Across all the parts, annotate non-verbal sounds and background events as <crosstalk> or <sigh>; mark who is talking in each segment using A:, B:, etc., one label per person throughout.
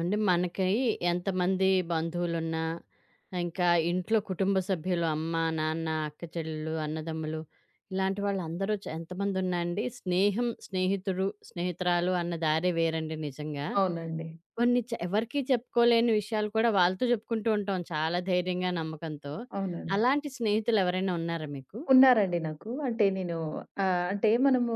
A: అంటే మనకి ఎంతమంది బంధువులున్నా, ఇంకా ఇంట్లో కుటుంబ సభ్యులు అమ్మ, నాన్న, అక్క చెల్లెలు, అన్నదమ్ములు ఇలాంటి వాళ్ళందరూ ఎంతమందున్నా అండి స్నేహం, స్నేహితుడు, స్నేహితురాలు అన్న దారే వేరండి నిజంగా.
B: అవునండి.
A: కొన్ని ఎవరికీ చెప్పుకోలేని విషయాలు కూడా వాళ్ళతో చెప్పుకుంటూ ఉంటాం చాలా ధైర్యంగా, నమ్మకంతో.
B: అవునండి. హ్మ్.
A: అలాంటి స్నేహితులెవరైనా ఉన్నారా మీకు?
B: ఉన్నారండి నాకు. అంటే మనము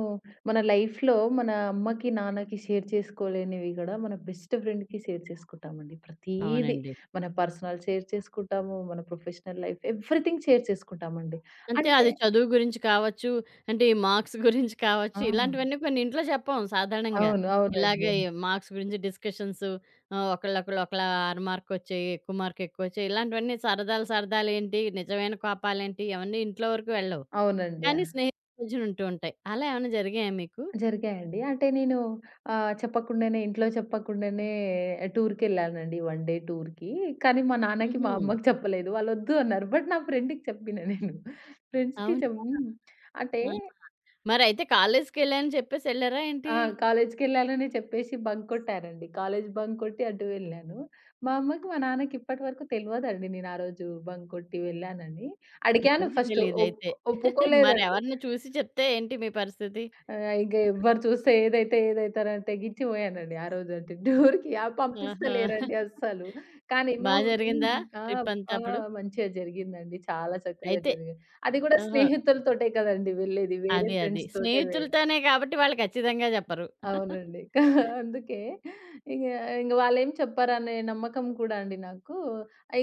B: మన లైఫ్‌లో మన అమ్మకి, నాన్నకి షేర్ చేసుకోలేనివి గూడా మన బెస్ట్ ఫ్రెండ్‌కి షేర్ చేసుకుంటామండి. ప్రతీది
A: అవునండి.
B: మన పర్సనల్ షేర్ చేసుకుంటాము. మన ప్రొఫెషనల్ లైఫ్ ఎవ్రీథింగ్ షేర్ చేసుకుంటామండి.
A: అంతే
B: అంటే
A: అది చదువు గురించి కావచ్చు, అంటే ఈ మార్క్స్ <laughs> గురించి కావచ్చు,
B: ఆ!
A: ఇలాంటివన్నీ కొన్ని ఇంట్లో చెప్పం సాధారణంగా.
B: అవును. అవునండి.
A: ఇలాగే మార్క్స్ గురించి డిస్కషన్సు, ఒకళ్ళొకళ్ళు ఒకలా 6 మార్కొచ్చాయి, ఎక్కువ మార్క్ ఎక్కువొచ్చాయి ఇలాంటివన్నీ సరదాలు సరదాలేంటి, నిజమైన కోపాలేంటి ఇవన్నీ ఇంట్లో వరకు వెళ్ళవు.
B: అవునండి.
A: కానీ స్నేహితుల మధ్యన ఉంటూ ఉంటాయి. అలా ఏమన్నా జరిగాయా మీకు?
B: జరిగాయండి. చెప్పకుండానే ఇంట్లో చెప్పకుండానే టూర్‌కెళ్ళానండి. 1 డే టూర్‌కి. కానీ మా నాన్నకి,
A: హుహు.
B: మా అమ్మకి చెప్పలేదు. వాళ్ళొద్దు అన్నారు. బట్ నా ఫ్రెండ్‌కి చెప్పిన నేను. ఫ్రెండ్స్‌కి చెప్
A: అవునా?
B: హ్మ్. అంటే
A: ఆహా! మరయితే కాలేజ్‌కెళ్ళానని చెప్పేసెళ్లారా
B: ఆ!
A: ఏంటి?
B: కాలేజ్‌కెళ్ళాలని చెప్పేసి బంక్ కొట్టానండి. కాలేజ్ బంక్ కొట్టి అటు వెళ్ళాను. మా అమ్మకి, మా నాన్నకి ఇప్పటి వరకు తెలవదండి నేను ఆ రోజు బంక్ కొట్టి వెళ్ళానని. అడిగాను
A: ఇప్పటికి
B: ఫస్ట్ ఒప్
A: తెలీదయితే.
B: ఒప్పుకోలేదండి.
A: మరెవరిని <laughs> చూసి చెప్తే ఏంటి మీ పరిస్థితి?
B: ఆ! ఇంక ఎవ్వరు చూస్తే ఏదైతారని తెగించిపోయానండి ఆ రోజంటే. డోర్‌కి
A: ఆహా!
B: పంపిస్తలేరండి అస్సలు. కానీ
A: బా
B: మా హ్మ్.
A: జరిగిందా
B: ఆ!
A: ట్రిప్పంతా
B: ఆ!
A: అప్పుడు?
B: మంచిగా జరిగిందండి. చాలా చక్కగా
A: అయితే
B: జరిగింది. అది కూడా
A: ఓహో!
B: స్నేహితులతోటే కదండీ వెళ్ళేది. వేరే
A: అది అది.
B: ఫ్రెండ్స్ తోటే వె
A: స్నేహితులతోనే కాబట్టి వాళ్ళు ఖచ్చితంగా చెప్పరు.
B: అవునండి. అందుకే ఇగ ఇంగ వాళ్ళేం చెప్పరనే నమ్మకం కూడా అండి నాకు.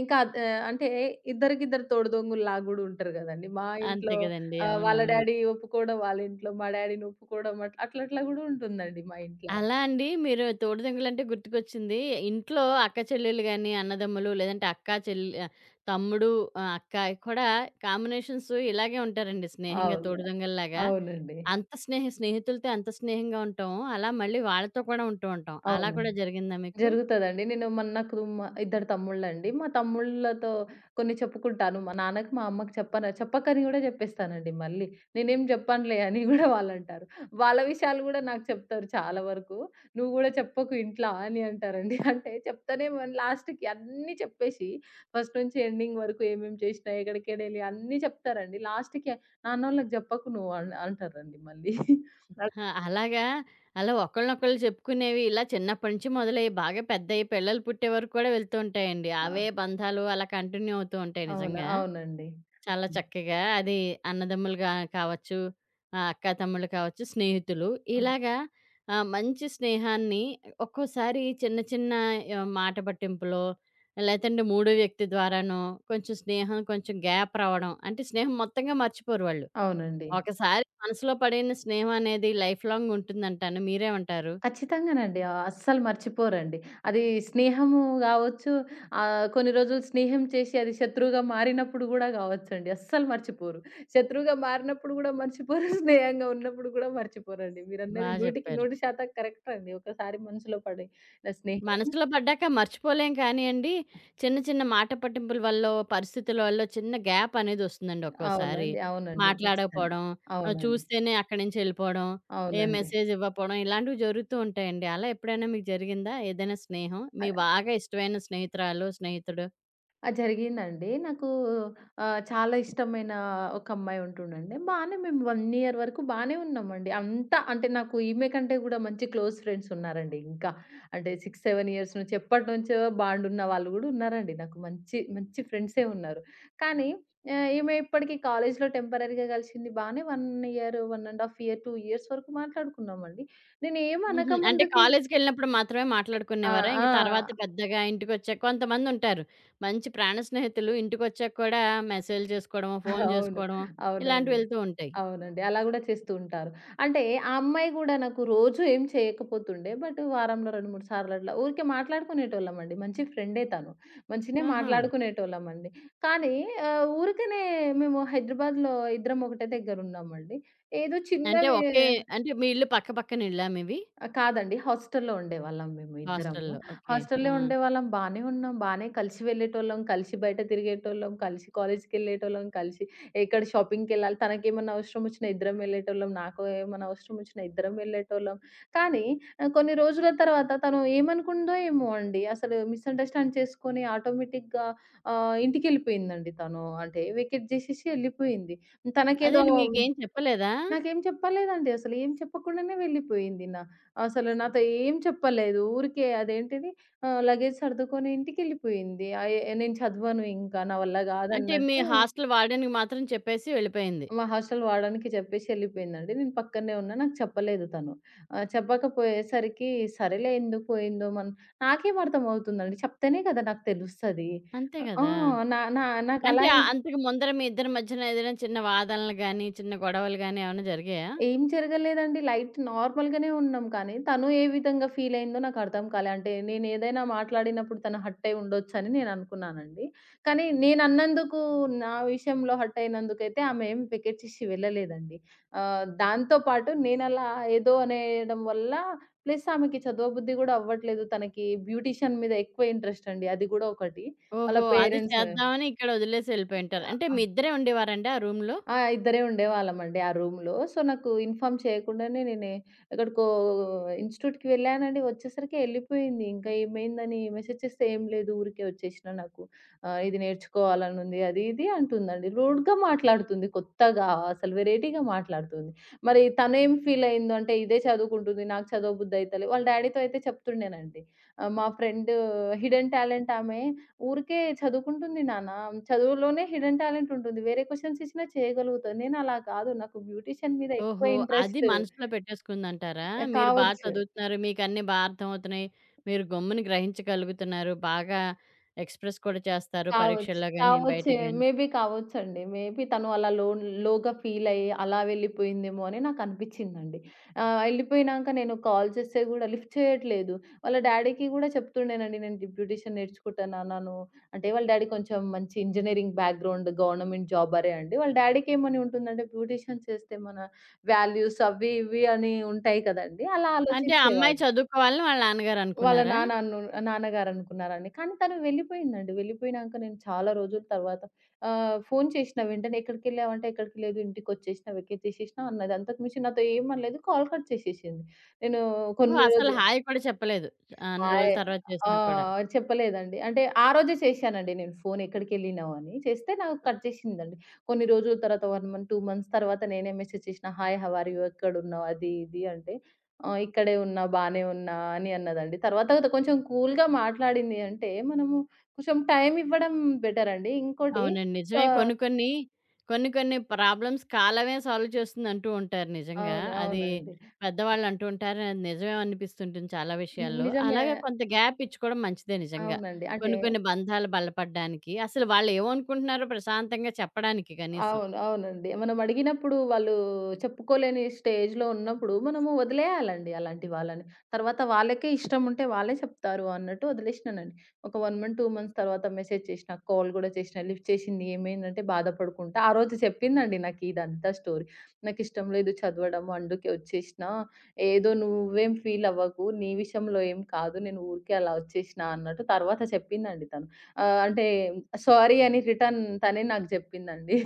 B: ఇంకా అద్ ఆహ్, అంటే ఇద్దరికిద్దరు తోడుదొంగుల్లాగా గూడా ఉంటారు గదండీ.
A: అంతే కదండీ.
B: వాళ్ళ
A: అవునవును.
B: డ్యాడీ ఒప్పుకోవడం, వాళ్ళ ఇంట్లో మా డ్యాడీని ఒప్పుకోవడం అట్లా అట్లా అట్లా గూడా ఉంటుందండి మా ఇంట్లో.
A: అలా అండి మీరు తోడుదంగలంటే గుర్తుకొచ్చింది. ఇంట్లో అక్క చెల్లెలు గాని, అన్నదమ్ములు లేదంటే అక్క, చెల్లి, తమ్ముడు, అక్క కూడా కాంబినేషన్స్ ఇలాగే ఉంటారండి స్నేహంగా
B: అవును.
A: తోడుదొంగల్లాగా.
B: అవునండి.
A: అంత స్నేహితులతో ఎంత స్నేహంగా ఉంటామో అలా మళ్ళీ వాళ్ళతో కూడా ఉంటూ ఉంటాం. అలా
B: అవును.
A: కూడా జరిగిందా మీకు?
B: జరుగుతదండి. నేను మొన్న నాకు మా ఇద్దరు తమ్ముళ్ళండి. మా తమ్ముళ్ళతో కొన్ని చెప్పుకుంటాను. మా నాన్నకి, మా అమ్మకి చెప్పను. చెప్పకని గూడా జెప్పేస్తానండి మళ్ళీ. నేనేం జెప్పనులే అని గూడా వాళ్ళంటారు. వాళ్ళ విషయాలు గూడా నాకు చెప్తారు చాలా వరకు. "నువ్వు గూడా చెప్పకు ఇంట్లా" అని అంటారండి. <laughs> అంటే చెప్తానే మన్ లాస్ట్‌కి అన్నీ చెప్పేసి ఫస్ట్ నుంచి ఎండింగ్ వరకు ఏమేం చేసినా, ఎక్కడికెళ్ళి అన్నీ చెప్తారండి. లాస్ట్‌కి "నాన్నోళ్ళకి జెప్పకు నువ్వు" అంటారండి మళ్ళీ. <laughs> అ
A: ఆ! అలాగా, అలా ఒకళ్ళనొకళ్ళు చెప్పుకునేవి ఇలా చిన్నప్పటి నుంచి మొదలయ్యి బాగా పెద్దయ్యి పిల్లలు పుట్టే వరకు కూడా వెళ్తూ ఉంటాయండి.
B: ఆ!
A: అవే బంధాలు అలా కంటిన్యూ అవుతూ ఉంటాయి
B: అవునా!
A: నిజంగా.
B: అవునండి.
A: చాలా
B: హ్మ్.
A: చక్కగా అది అన్నదమ్ములుగా కావచ్చు, అక్కా తమ్ముళ్ళు కావచ్చు, స్నేహితులు ఇలాగా, మంచి స్నేహాన్ని ఒక్కోసారి చిన్న
B: ఆ!
A: చిన్న మాట పట్టింపులో లేదంటే మూడో వ్యక్తి ద్వారానో కొంచెం స్నేహం కొంచెం గ్యాప్ రావడం అంటే స్నేహం మొత్తంగా మర్చిపోరు వాళ్ళు.
B: అవునండి.
A: ఒకసారి మనసులో పడిన స్నేహం అనేది లైఫ్ లాంగ్ ఉంటుందంటాను. మీరేమంటారు?
B: ఖచ్చితంగానండి. అస్సలు మర్చిపోరండి. అది స్నేహము గావచ్చు, కొన్ని రోజులు స్నేహం చేసి అది శత్రువుగా మారినప్పుడు గూడా గావచ్చండి. అస్సలు మర్చిపోరు. శత్రువుగా మారినప్పుడు గూడా మర్చిపోరు, <laughs> స్నేహంగా ఉన్నప్పుడు గూడా మర్చిపోరండి.
A: బా
B: మీరన్నది
A: జెప్పారు.
B: 100% కరెక్ట్ అండి. ఒకసారి మనసులో పడి నా స్నేహం
A: మనసులో పడ్డాక మర్చిపోలేం కానియండి, చిన్న చిన్న మాట పట్టింపుల వల్లో, పరిస్థితుల వల్లో చిన్న గ్యాప్ అనేదొస్తుందండి ఒక్కోసారి.
B: అవునండి. అవునండి. ఖచ్చితంగా.
A: మాట్లాడకపోవడం,
B: అవునండి.
A: చూస్తేనే అక్కడి నుంచి ఎళ్ళిపోవడం, ఏ
B: అవునండి.
A: మెసేజ్ ఇవ్వకపోవడం ఇలాంటివి జరుగుతూ ఉంటాయండి. అలా ఎప్పుడైనా మీకు జరిగిందా ఏదైనా స్నేహం?
B: అ
A: మీకు బాగా ఇష్టమైన స్నేహితురాలో, స్నేహితుడు?
B: ఆ! జరిగిందండి. చాలా ఇష్టమైన ఒక అమ్మాయి ఉంటుండండి. బానే మేము 1 ఇయర్ వరకు బానే ఉన్నామండి. అంటే నాకు ఈమె కంటే గూడా మంచి క్లోజ్ ఫ్రెండ్స్ ఉన్నారండి ఇంకా. అంటే 6, 7 ఇయర్స్ నుంచి ఎప్పటినుంచో బాండ్ ఉన్న వాళ్ళు గూడా ఉన్నారండి. నాకు మంచి, మంచి ఫ్రెండ్సే ఉన్నారు. కానీ ఈమె ఇప్పటికి కాలేజ్‌లో టెంపరరీగా కలిసింది. బానే 1 ఇయర్, 1 ½ ఇయర్, 2 ఇయర్స్ వరకు మాట్లాడుకున్నామండి. నేనేం
A: హుహు. అంటే
B: అనకముందుకి
A: కాలేజ్‌కెళ్ళినప్పుడు మాత్రమే
B: ఆ!
A: మాట్లాడుకునేవారా? ఇంక
B: ఆ!
A: తర్వాత పెద్దగా ఇంటికొచ్చాక కొంతమందుంటారు. మంచి ప్రాణ స్నేహితులు ఇంటికొచ్చాక కూడా మెసేజ్‌లు చేసుకోవడమో, ఫోను
B: అవును.
A: చేసుకోవడమో ఇలాంటివి
B: అవునండి.
A: వెళ్తూ ఉంటాయి.
B: అవునండి. అలా గూడా చేస్తూ ఉంటారు. అంటే ఆ అమ్మాయి గూడా నాకు రోజు ఏం చేయకపోతుండే. బట్ వారంలో 2, 3 సార్లు అట్లా ఊరికే మాట్లాడుకునేటోళ్ళమండి. మంచి ఫ్రెండే తను. మంచినే
A: ఆహా!
B: మాట్లాడుకునేటోళ్ళమండి. కానీ ఆహ్, ఊరికనే మేము హైదరాబాద్‌లో ఇద్దరం ఒకటే దగ్గర ఉన్నామండి. ఏదో
A: అంటే
B: చిన్నవి
A: ఒకే అంటే మీ ఇల్లు పక్క పక్కన ఇల్లా మీవి?
B: ఆ! కాదండి. హాస్టల్‌లో ఉండేవాళ్ళం మేము ఇద్దరము.
A: హాస్టల్‌లో. ఓకే. ఆ!
B: హాస్టల్‌లో ఉండేవాళ్ళం. బానే ఉన్నాం. బానే కలిసి వెళ్ళేటోళ్ళం. కలిసి బయట తిరిగేటోళ్ళం. కలిసి కాలేజ్‌కెళ్ళేటోళ్ళం. ఎక్కడ షాపింగ్‌కెళ్ళాలి తనకేమన్నా అవసరం వచ్చినా ఇద్దరం వెళ్ళేటోళ్ళం. నాకు ఏమన్నా అవసరం వచ్చినా ఇద్దరం వెళ్ళేటోళ్ళం. కానీ కొన్ని రోజుల తర్వాత తను ఏమనుకుందో ఏమో అండి. అసలు మిస్‌అండర్‌స్టాండ్ చేసుకొని ఆటోమేటిక్‌గా ఇంటికెళ్ళిపోయిందండి తను. అంటే వెకేట్ జేసేసి ఎళ్ళిపోయింది. తనకేదో
A: అదేండి మీకేం చెప్పలేదా?
B: నాకేం చెప్పలేదండి అసలు. ఏం చెప్పకుండానే వెళ్ళిపోయింది. అసలు నాతో ఏం చెప్పలేదు. లగేజ్ సర్దుకొని ఇంటికెళ్ళిపోయింది. ఆహ్, ఎ నేను చదవను ఇంకా నా వల్ల
A: అంటే మీ
B: కాదన్నట్టు
A: హాస్టల్ వార్డెన్‌కి మాత్రం చెప్పేసి వెళ్ళిపోయింది.
B: మా హాస్టల్ వార్డెన్‌కి చెప్పేసి వెళ్ళిపోయిందండి. నేను పక్కనే ఉన్నా. నాకు చెప్పలేదు తను. చెప్పకపోయేసరికి సరేలే ఎందుకు పోయిందో మన్ నాకేం అర్థమవుతుందండి. చెప్తేనే కదా నాకు తెలుస్తది.
A: అంతే
B: ఆ!
A: గదా!
B: నా నా
A: అంటే
B: నాకలా
A: అంతకు ముందర మీ ఇద్దరి మధ్యన ఏదైనా చిన్న వాదనలు గాని, చిన్న గొడవలు గాని ఏమన్నా జరిగాయా?
B: ఏం జరగలేదండి. లైట్ నార్మల్‌గానే ఉన్నాం కానీ, తను ఏ విధంగా ఫీల్ అయిందో నాకు అర్థం కాలే. అంటే నేనేదైనా మాట్లాడినప్పుడు తను హర్ట్ అయి ఉండొచ్చని నేను అనుకున్నానండి. కానీ నేనన్నందుకు నా విషయంలో హర్ట్ అయినందుకైతే ఆమె ఏం వెకెట్టిసి వెళ్ళలేదండి. దాంతో పాటు నేనలా ఏదో అనేయడం వల్ల ప్లస్ ఆమెకి చదవబుద్ధి గూడా అవ్వట్లేదు. తనకి బ్యూటీషియన్ మీద ఎక్కువ ఇంట్రెస్ట్ అండి. అది గూడా ఒకటి. వాళ్ళ
A: ఓహో! అది
B: పేరెంట్స్
A: చేద్దామని ఇక్కడ వదిలేసి ఎళ్ళిపోయుంటారు. అంటే మీ ఇద్దరే ఉండేవారండి ఆ రూమ్‌లో?
B: ఆ! ఇద్దరే ఉండేవాళ్ళమండి ఆ రూమ్‌లో. సో, నాకు ఇన్ఫార్మ్ చేయకుండానే నేనే ఎక్కడికో ఇన్‌స్టిట్యూట్‌కి వెళ్ళానండి. వచ్చేసరికి ఎళ్ళిపోయింది. ఇంకా ఏమైందని మెసేజ్ చేస్తే, "ఏం లేదు ఊరికే వచ్చేసినా నాకు ఇది నేర్చుకోవాలనుంది" అది ఇది అంటుందండి. రూడ్‌గా మాట్లాడుతుంది కొత్తగా అసలు వెరైటీగా మాట్లాడుతుంది. మరి తనేం ఫీల్ అయిందో అంటే ఇదే చదువుకుంటుంది, నాకు చదవబుద్ధి అయితలేదు. వాళ్ళ డ్యాడీతో అయితే చెప్తుండేనండి. మా ఫ్రెండ్ హిడెన్ టాలెంట్ ఆమె ఊరికే చదువుకుంటుంది నాన్న. చదువులోనే హిడెన్ టాలెంట్ ఉంటుంది. వేరే క్వెషన్స్ ఇచ్చినా చేయగలుగుతా. నేను అలా కాదు. నాకు బ్యూటీషియన్ మీద ఎక్కువ
A: ఓహో! అది
B: ఇంట్రెస్ట్.
A: మనసులో పెట్టేసుకుందంటారా? మీరు బా
B: కావచ్చు.
A: చదువుతున్నారు, మీకన్నీ బా అర్థమవుతున్నాయి, మీరు గమ్మున గ్రహించగలుగుతున్నారు, బాగా ఎక్స్‌ప్రెస్ కూడా చేస్తారు పరీక్షల్లో గాని, బయట
B: కావచ్చు.
A: గాని.
B: మేబీ కావచ్చండి. తను అలా లోగా ఫీలయ్యి అలా వెళ్ళిపోయిందేమో అని నాకనిపిచ్చిందండి. ఎళ్ళిపోయినాక నేను కాల్ చేస్తే గూడా లిఫ్ట్ చేయట్లేదు. వాళ్ళ డ్యాడీకి గూడా చెప్తుండేనండి. నేను డిప్యూటీషన్ నేర్చుకుంటా నాన్న నువ్వు అంటే వాళ్ళ డ్యాడీ కొంచెం మంచి ఇంజినీరింగ్ బ్యాక్‌గ్రౌండ్ గవర్నమెంట్ జాబరే అండి. వాళ్ళ డ్యాడీకి ఏమని ఉంటుందంటే బ్యూటీషియన్ చేస్తే మన వాల్యూస్ అవి ఇవి అని ఉంటాయి కదండీ! అలా
A: అంటే ఆ అమ్మాయి
B: ఆలోచించేవారు.
A: చదువుకోవాలని వాళ్ళ
B: వాళ్ళ
A: నాన్నగారనుకున్నారా?
B: నాన్న అను నాన్నగారనుకున్నారండి. కానీ తను వెళ్ళిపోయిందండి. వెళ్ళిపోయినాక నేను చాలా రోజుల తర్వాత ఫోను చేషినా వెంటనే, "ఎక్కడికెళ్ళావంటే," "ఎక్కడికి లేదు ఇంటికొచ్చేషినా, వెకేట్ చేసేషినా" అన్నది. అంతకు మించి నాతో ఏమనలేదు. కాల్ కట్ చేసేషింది. నేను
A: ఓహ్!
B: కొన్ని
A: అసలు
B: రోజు
A: హాయ్ కూడా చెప్పలేదు. అన్ని రోజుల
B: ఆయ్
A: తర్వాత
B: ఆ!
A: చేసినా కూడా.
B: చెప్పలేదండి. అంటే ఆ రోజే చేశానండి నేను ఫోను ఎక్కడికెళ్ళినావు అని. చేస్తే నాకు కట్ చేసిందండి. కొన్ని రోజుల తర్వాత 1 మంత్, 2 మంత్స్ తర్వాత నేనే మెసేజ్ చేసినా, హాయ్ హౌ ఆర్ యూ? ఎక్కడున్నావు? అది ఇది అంటే ఇక్కడే ఉన్నా, బానే ఉన్నా అని అన్నదండి. తర్వాత కొంచెం కూల్‌గా మాట్లాడింది అంటే మనము కొంచెం టైం ఇవ్వడం బెటర్ అండి.
A: అవునండి. నిజమే.
B: ఆహ్,
A: కొన్ని కొన్ని, కొన్ని కొన్ని ప్రాబ్లమ్స్ కాలమే సాల్వ్ చేస్తుందంటూ ఉంటారు నిజంగా.
B: అవును.
A: అది
B: అవునండి.
A: పెద్దవాళ్ళు అంటూ ఉంటారు. అది నిజమే అనిపిస్తుంటుంది చాలా విషయాల్లో.
B: నిజమే.
A: అలాగే కొంత గ్యాప్ ఇచ్చుకోవడం మంచిదే నిజంగా.
B: అవునండి.
A: కొన్ని కొన్ని బంధాలు బలపడ్డానికి. అసలు వాళ్ళేమనుకుంటున్నారో ప్రశాంతంగా చెప్పడానికి కనీసం.
B: అవును. అవునండి. మనం అడిగినప్పుడు వాళ్ళు చెప్పుకోలేని స్టేజ్‌లో ఉన్నప్పుడు మనము వదిలేయాలండి అలాంటి వాళ్ళని. తర్వాత వాళ్ళకే ఇష్టం ఉంటే వాళ్ళే చెప్తారు అన్నట్టు వదిలేసినానండి. ఒక 1 మంత్, 2 మంత్స్ తర్వాత మెసేజ్ చేసినా, కాల్ గూడా చేసినా, లిఫ్ట్ చేసింది. ఏమైందంటే బాధపడుకుంటా ఆ రోజు చెప్పిందండి నాకు ఇదంతా స్టోరీ. "నాకిష్టం లేదు చదవడం. అందుకే వచ్చేసినా. ఏదో నువ్వేం ఫీల్ అవ్వకు. నీ విషయంలో ఏం కాదు. నేను ఊరికే అలా వచ్చేసినా" అన్నట్టు తర్వాత చెప్పిందండి తను. ఆహ్, అంటే సారీ అని రిటర్న్ తనే నాకు చెప్పిందండి.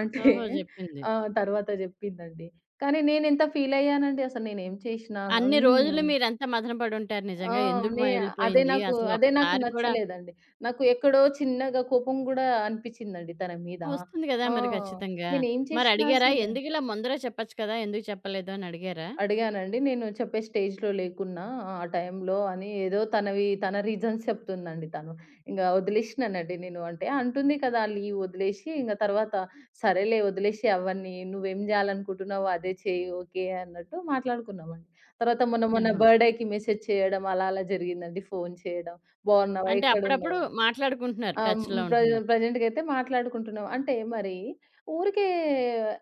B: అంటే
A: ఓహో! చెప్పింది.
B: తర్వాత జెప్పిందండి. కానీ నేనెంత ఫీలయ్యానండి అసలు నేనేం చేషినా
A: అన్ని రోజులు
B: హ్మ్.
A: మీరెంత మధన పడుంటారు
B: ఆ!
A: నిజంగా. ఎందుకు
B: నే అదే
A: ఎళ్ళిపోయింది?
B: నాకు
A: అసలు
B: అదే నాకు
A: ఒక్కసారి కూడా
B: నచ్చలేదండి. నాకు ఎక్కడో చిన్నగా కోపం గూడా అనిపిచ్చిందండి తన మీద.
A: వస్తుంది కదా!
B: ఆ!
A: మరి ఖచ్చితంగా.
B: నేనేం చేషినా
A: మరడిగారా?
B: అసలు
A: ఎందుకిలా ముందరే చెప్పొచ్చు కదా! ఎందుకు చెప్పలేదు అని అడిగారా?
B: అడిగానండి. నేను చెప్పే స్టేజ్‌లో లేకున్నా ఆ టైంలో అని ఏదో తనవి తన రీజన్స్ చెప్తుందండి తను. ఇంగ వదిలేసినానండి నేను. అంటే అంటుంది కదా! లీవ్ వదిలేసి ఇంగ తర్వాత సరేలే వదిలేసేయి అవన్నీ. నువ్వేం చేయాలనుకుంటున్నావో అదే చెయ్యి ఓకే అన్నట్టు మాట్లాడుకున్నామండి. తర్వాత మొన్న మొన్న
A: ఓహో!
B: బర్త్‌డేకి మెసేజ్ చేయడం అలా అలా జరిగిందండి. ఫోన్ చేయడం. బాగున్నావా?
A: అంటే అప్పుడప్పుడు
B: ఎక్కడున్నావు?
A: మాట్లాడుకుంటున్నారు.
B: ఆ! హ్మ్.
A: టచ్‌లో
B: ప్ర
A: ఉంటున్నారు.
B: ప్రెజెంట్‌గయితే మాట్లాడుకుంటున్నాం. అంటే మరి ఊరికే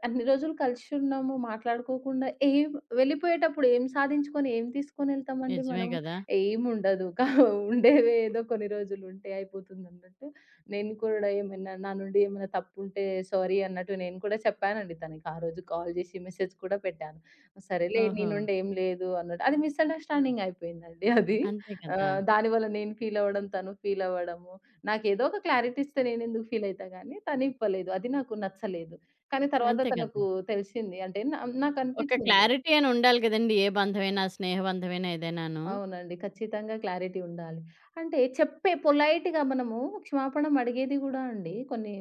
B: అన్ని రోజులు కలిసి ఉన్నాము. మాట్లాడుకోకుండా ఏం వెళ్ళిపోయేటప్పుడు ఏం సాధించుకొని, ఏం తీసుకొనెళ్తామండి
A: నిజమే
B: మనం?
A: కదా!
B: ఏముండదు. కా ఉండేవే ఏదో కొన్ని రోజులు ఉంటే అయిపోతుందన్నట్టు. నేను కూడా ఏమైనా నా నుండి ఏమైనా తప్పుంటే సారీ అన్నట్టు నేను కూడా చెప్పానండి తనకి. ఆ రోజు కాల్ చేసి మెసేజ్ కూడా పెట్టాను. సరేలే నీ
A: ఓహో!
B: నుండి ఏం లేదు అన్నట్టు. అది మిస్‌అండర్‌స్టాండింగ్ అయిపోయిందండి అది.
A: అంతే కదా!
B: దానివల్ల నేను ఫీలవ్వడం, తను ఫీలవ్వడము. నాకేదో ఒక క్లారిటీ ఇస్తే నేనెందుకు ఫీలయితా గానీ, తనివ్వలేదు. అది నాకు నచ్చలేదు. కానీ తర్వాత
A: అంతే కదా!
B: తనకు తెలిసింది. అంటే
A: ఒక
B: నాకనిపిచ్చింది.
A: క్లారిటీ అని ఉండాలి కదండీ! ఏ బంధమైనా, స్నేహబంధమైనా ఏదైనాను.
B: అవునండి. ఖచ్చితంగా క్లారిటీ ఉండాలి. అంటే చెప్పే పొలైట్‌గా మనము క్షమాపణం అడిగేది గూడా అండి కొన్ని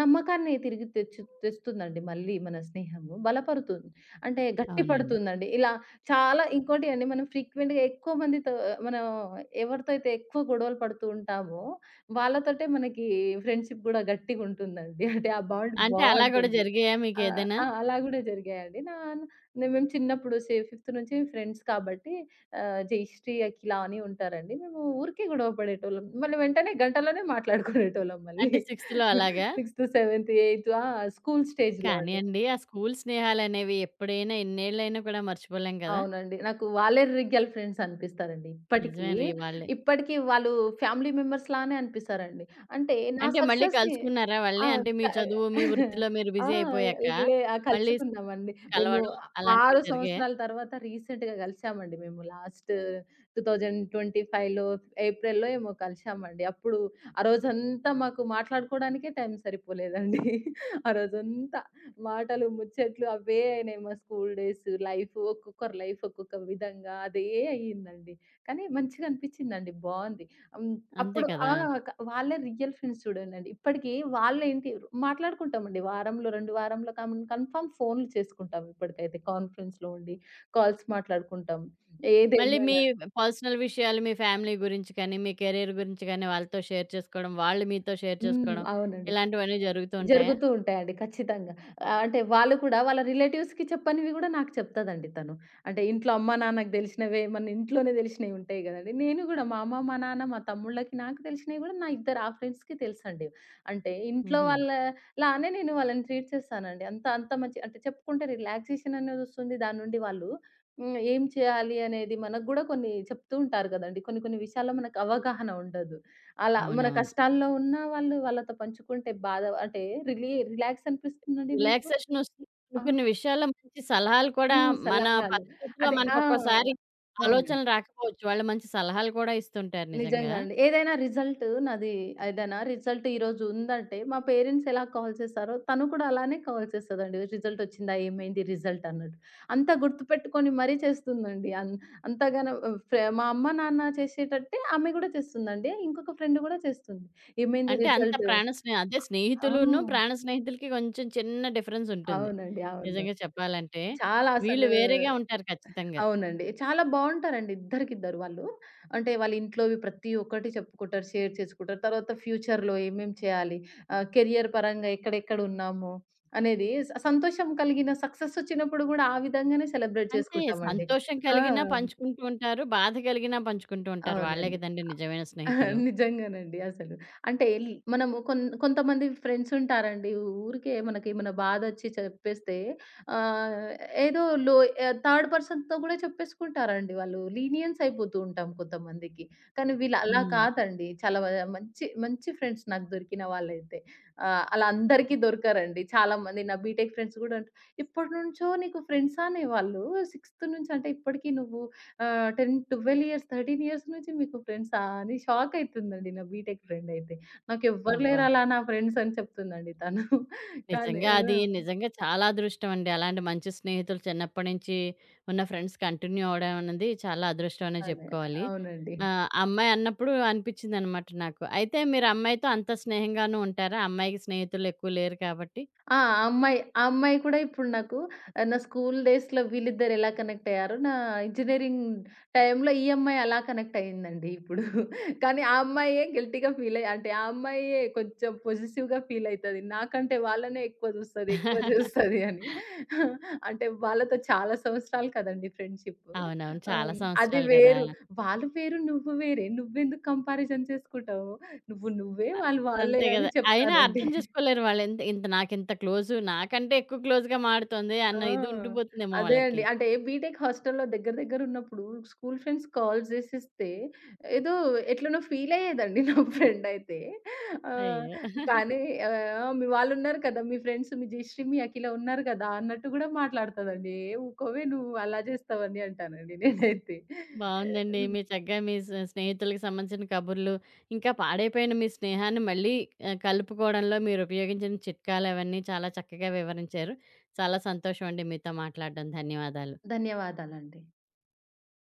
B: నమ్మకాన్ని తిరిగి తెస్తుందండి మళ్ళీ మన స్నేహము. బలపరుతుంది. అంటే గట్టి
A: అవునండి.
B: పడుతుందండి. చాలా ఇంకోటి అండి మనం ఫ్రీక్వెంట్‌గా ఎక్కువ మందితో మనం ఎవరితో అయితే ఎక్కువ గొడవలు పడుతూ ఉంటామో వాళ్ళతోటే మనకి ఫ్రెండ్షిప్ గూడా గట్టిగుంటుందండి. అంటే ఆ బాండ్
A: అంటే అలా గూడా
B: బావుంటుంది.
A: జరిగాయా
B: ఆ!
A: మీకేదైనా?
B: ఆ! అలా గూడా జరిగాయండి. మేము చిన్నప్పుడు ఫిఫ్త్ నుంచి ఫ్రెండ్స్ కాబట్టి 'జయశ్రీ', 'అఖిల' అని ఉంటారండి. మేము ఊరికే గొడవ పడేటోళ్ళం. మళ్ళీ వెంటనే గంటలోనే మాట్లాడుకునేటోళ్ళం మళ్ళీ.
A: అంటే సిక్స్త్‌లో అలాగా?
B: <laughs> సిక్స్త్, సెవెన్త్, ఎయిత్ ఆ! స్కూల్ స్టేజ్‌లో
A: కానీ
B: అండి.
A: అండి ఆ స్కూలు స్నేహాలనేవి ఎప్పుడైనా ఎన్నేళ్లైనా కూడా మర్చిపోలేం కదా!
B: అవునండి. నాకు వాళ్ళే రిగ్గల్ ఫ్రెండ్స్ అనిపిస్తారండి ఇప్పటికీ.
A: నిజమే రీ వాళ్ళే.
B: ఇప్పటికీ వాళ్ళు ఫ్యామిలీ మెంబర్స్ లానే అనిపిస్తారండి. అంటే నా
A: అంటే మళ్ళీ
B: సక్సెస్‌ని
A: కలుసుకున్నారా
B: ఆ!
A: వాళ్ళని? అంటే
B: క
A: మీ చదువు, మీ వృత్తిలో మీరు
B: ఆ!
A: బిజీ అయిపోయాక
B: లే ఆ!
A: మళ్ళీ
B: కలుసుకున్నామండి.
A: స్కూలు
B: మేము
A: కలవడం అలాంటివి
B: 6
A: జరిగాయా?
B: సంవత్సరాల తర్వాత రీసెంట్‌గా కలిసామండి మేము. లాస్ట్ 2025లో ఏప్రిల్‌లో ఏమో కలిసామండి. ఆ రోజంతా మాకు మాట్లాడుకోవడానికే టైం సరిపోలేదండి. <laughs> ఆ రోజంతా. మాటలు, ముచ్చట్లు అవే అయినాయి మా స్కూల్ డేస్. ఒక్కొక్కరి లైఫ్ ఒక్కొక్క విధంగా అయ్యిందండి. కానీ మంచిగా అనిపిచ్చిందండి. బావుంది. హ్మ్.
A: అంతే
B: అప్పుడు ఆ!
A: కదా!
B: క వాళ్ళే రియల్ ఫ్రెండ్స్ చూడండండి. ఇప్పటికి వాళ్ళేంటి మాట్లాడుకుంటామండి. వారంలో, 2 వారంలో కన్ఫర్మ్ ఫోన్లు చేసుకుంటాం ఇప్పటికైతే. కాన్ఫరెన్స్‌లో ఉండి కాల్స్ మాట్లాడుకుంటాం.
A: మళ్ళీ మీ
B: ఏదేమైనా
A: పర్సనల్ విషయాలు మీ ఫ్యామిలీ గురించి కానీ, మీ కెరియర్ గురించి కానీ వాళ్ళతో షేర్ చేసుకోవడం, వాళ్ళు మీతో షేర్
B: హ్మ్.
A: చేసుకోవడం
B: అవునండి.
A: ఇలాంటివన్నీ జరుగుతూ ఉంటాయా?
B: జరుగుతూ ఉంటాయండి. ఖచ్చితంగా. ఆహ్, అంటే వాళ్ళు కూడా వాళ్ళ రిలేటివ్స్‌కి చెప్పనివి గూడా నాకు చెప్తదండి తను. అంటే ఇంట్లో అమ్మ, నాన్నకి తెలిసినవే మన ఇంట్లోనే తెలిసినవి ఉంటాయి గదండీ. నేను గూడా మా అమ్మ, మా నాన్న, మా తమ్ముళ్ళకి నాకు తెలిసినవి గూడా నా ఇద్దరు ఆ ఫ్రెండ్స్‌కి తెలుసండి. అంటే ఇంట్లో
A: హుహు.
B: వాళ్ళలానే నేను వాళ్ళని ట్రీట్ చేస్తానండి. అంత అంత మంచి అంటే చెప్పుకుంటే రిలాక్సేషన్ అనేదొస్తుంది. దాని నుండి వాళ్ళు హ్మ్. ఏం చేయాలి అనేది మనకు గూడా కొన్ని చెప్తూ ఉంటారు గదండీ. కొన్ని కొన్ని విషయాల్లో మనకు అవగాహన ఉండదు. మన
A: అవునవును.
B: కష్టాల్లో ఉన్నా వాళ్ళు వాళ్ళతో పంచుకుంటే బాధ అంటే రిలీ రిలాక్స్ అనిపిస్తుందండి నాకు.
A: రిలాక్సేషన్ వస్తుంది. కొన్ని
B: ఆ!
A: కొన్ని విషయాల్లో మంచి సలహాలు
B: ఆ!
A: కూడా మన
B: సలహాలు.
A: పరిస్థితిలో
B: అదే ఆ!
A: మనకొక్కోసారి
B: అవునండి.
A: ఆలోచనలు రాకపోవచ్చు. వాళ్ళు మంచి సలహాలు కూడా ఇస్తుంటారు నిజంగా.
B: నిజంగా అండి. ఏదైనా రిజల్ట్ ఈరోజు ఉందంటే, మా పేరెంట్స్ ఎలా కాల్ చేస్తారో తను కూడా అలానే కాల్ చేస్తదండి. రిజల్ట్ వచ్చిందా? ఏమైంది రిజల్ట్ అన్నట్టు. అంతా గుర్తుపెట్టుకొని మరీ చేస్తుందండి. అన్ అంతగానం ఫ్రె మా అమ్మ, నాన్న చేసేటట్టే ఆమె కూడా చేస్తుందండి. ఇంకొక ఫ్రెండ్ కూడా చేస్తుంది. ఏమైంది
A: అంటే అంత
B: రిజల్ట్?
A: ప్రాణ అదే
B: ఆ!
A: స్నేహితులును, ప్రాణ స్నేహితులకి కొంచెం చిన్న డిఫరెన్స్ ఉంటుంది.
B: అవునండి. అవును.
A: నిజంగా చెప్పాలంటే.
B: చాలా
A: వీళ్ళు
B: అసలు
A: వేరేగా ఉంటారు ఖచ్చితంగా.
B: అవునండి. చాలా బావుంటారండి ఇద్దరికిద్దరు వాళ్ళు. అంటే వాళ్ళ ఇంట్లోవి ప్రతి ఒక్కటి చెప్పుకుంటారు, షేర్ చేసుకుంటారు. తర్వాత ఫ్యూచర్‌లో ఏమేం చేయాలి, కెరియర్ పరంగా ఎక్కడెక్కడ ఉన్నాము అనేది సంతోషం కలిగిన సక్సెస్ వచ్చినప్పుడు గూడా ఆ విధంగానే సెలబ్రేట్
A: అంతే.
B: చేసుకుంటామండి.
A: సంతోషం
B: ఆ!
A: కలిగినా పంచుకుంటూ ఉంటారు. బాధ కలిగినా పంచుకుంటూ ఉంటారు. వాళ్ళే
B: అవునండి.
A: గదండీ నిజమైన స్నేహితులు.
B: నిజంగానండి అసలు. అంటే ఎల్ మనము కొంతమంది ఫ్రెండ్స్ ఉంటారండి. ఊరికే మనకేమన్నా బాధొచ్చి చెప్పేస్తే ఆహ్, ఏదో లో ఆహ్, థర్డ్ పర్సన్‌తో కూడా చెప్పేసుకుంటారండి వాళ్ళు. లీనియన్స్ అయిపోతూ ఉంటాం కొంతమందికి. కానీ వీళ్ళు అలా
A: హ్మ్.
B: కాదండి. చాలా వ మంచి మంచి ఫ్రెండ్స్ నాకు దొరికిన వాళ్ళైతే. అలా అందరికీ దొరకరండి. చాలా మంది నా బీటెక్ ఫ్రెండ్స్ కూడా అంటారు, "ఇప్పటి నుంచో నీకు ఫ్రెండ్సా నే వాళ్ళు? సిక్స్త్ నుంచి అంటే ఇప్పటికి నువ్వు 10, 12 ఇయర్స్, 13 ఇయర్స్ నుంచి మీకు ఫ్రెండ్సా అని షాక్ అయితుందండి నా బీటెక్ ఫ్రెండ్ అయితే. నాకెవ్వరు
A: అబ్బా!
B: లేరు అలా నా ఫ్రెండ్స్ అని చెప్తుందండి తను. కానీ
A: నిజంగా
B: ఆ!
A: అది నిజంగా చాలా అదృష్టం అండి. అలాంటి మంచి స్నేహితులు చిన్నప్పటి నుంచి ఉన్న ఫ్రెండ్స్ కంటిన్యూ అవ్వడం అన్నది చాలా అదృష్టం అనే
B: అదే.
A: చెప్పుకోవాలి.
B: అవునండి.
A: అమ్మాయి అన్నప్పుడు అనిపిచ్చిందనమాట నాకు. అయితే మీరు అమ్మాయితో అంత స్నేహంగానూ ఉంటారా? అమ్మాయికి స్నేహితులు ఎక్కువ లేరు కాబట్టి.
B: ఆ అమ్మాయి కూడా ఇప్పుడు నాకు నా స్కూల్ డేస్‌లో వీళ్ళిద్దరు ఎలా కనెక్ట్ అయ్యారో, నా ఇంజినీరింగ్ టైమ్‌లో ఈ అమ్మాయి అలా కనెక్ట్ అయిందండి ఇప్పుడు. కానీ ఆ అమ్మాయే గిల్టీ‌గా ఫీల్ అయ్యి అంటే ఆ అమ్మాయే కొంచెం పొసెసివ్‌గా ఫీల్ అయితది. నాకంటే వాళ్ళనే ఎక్కువ చూస్తది
A: <laughs>
B: అని. అంటే వాళ్ళతో చాలా సంవత్సరాలు కదండీ ఫ్రెండ్‌షిప్పు.
A: అవునవును. చాలా
B: ఆహ్, అది
A: సంవత్సరాలు గదా!
B: వేరు. వాళ్ళు వేరు, నువ్వు వేరే. నువ్వెందుకు కంపారిజన్ చేసుకుంటావు? నువ్వు నువ్వే,
A: అ
B: వాళ్ళు వాళ్ళే
A: అంతే
B: అని
A: గదా! అయినా
B: చెప్తానండి.
A: అర్థం చేసుకోలేరు వాళ్ళు ఎంత ఇంత నాకింత క్లోజు, నాకంటే ఎక్కువ క్లోజ్‌గా మాడుతోంది అన్న ఇది
B: ఆ!
A: ఉండిపోతుందేమో
B: అదే అండి.
A: వాళ్ళకి.
B: అంటే బీటెక్ హాస్టల్‌లో దగ్గర దగ్గర ఉన్నప్పుడు స్కూల్ ఫ్రెండ్స్ కాల్ చేసిస్తే ఏదో ఎట్లనో ఫీల్ అయ్యేదండి <laughs> నా ఫ్రెండ్ అయితే. ఆహ్,
A: అయ్యో!
B: కానీ మీ వాళ్ళు ఉన్నారు కదా! మీ ఫ్రెండ్స్ మీ జయశ్రీ, మీ అఖిల ఉన్నారు కదా! అన్నట్టు కూడా మాట్లాడుతదండి. ఏ ఊకోవే నువ్వు అలా చేస్తావని అంటానండి నేనైతే.
A: బావుందండి. మీరు చక్కగా మీ స్నేహితులకి సంబంధించిన కబుర్లు, ఇంకా పాడైపోయిన మీ స్నేహాన్ని మళ్ళీ కలుపుకోవడంలో మీరు ఉపయోగించిన చిట్కాలవన్నీ చాలా చక్కగా వివరించారు. చాలా సంతోషం అండి మీతో మాట్లాడడం. ధన్యవాదాలు.
B: ధన్యవాదాలండి.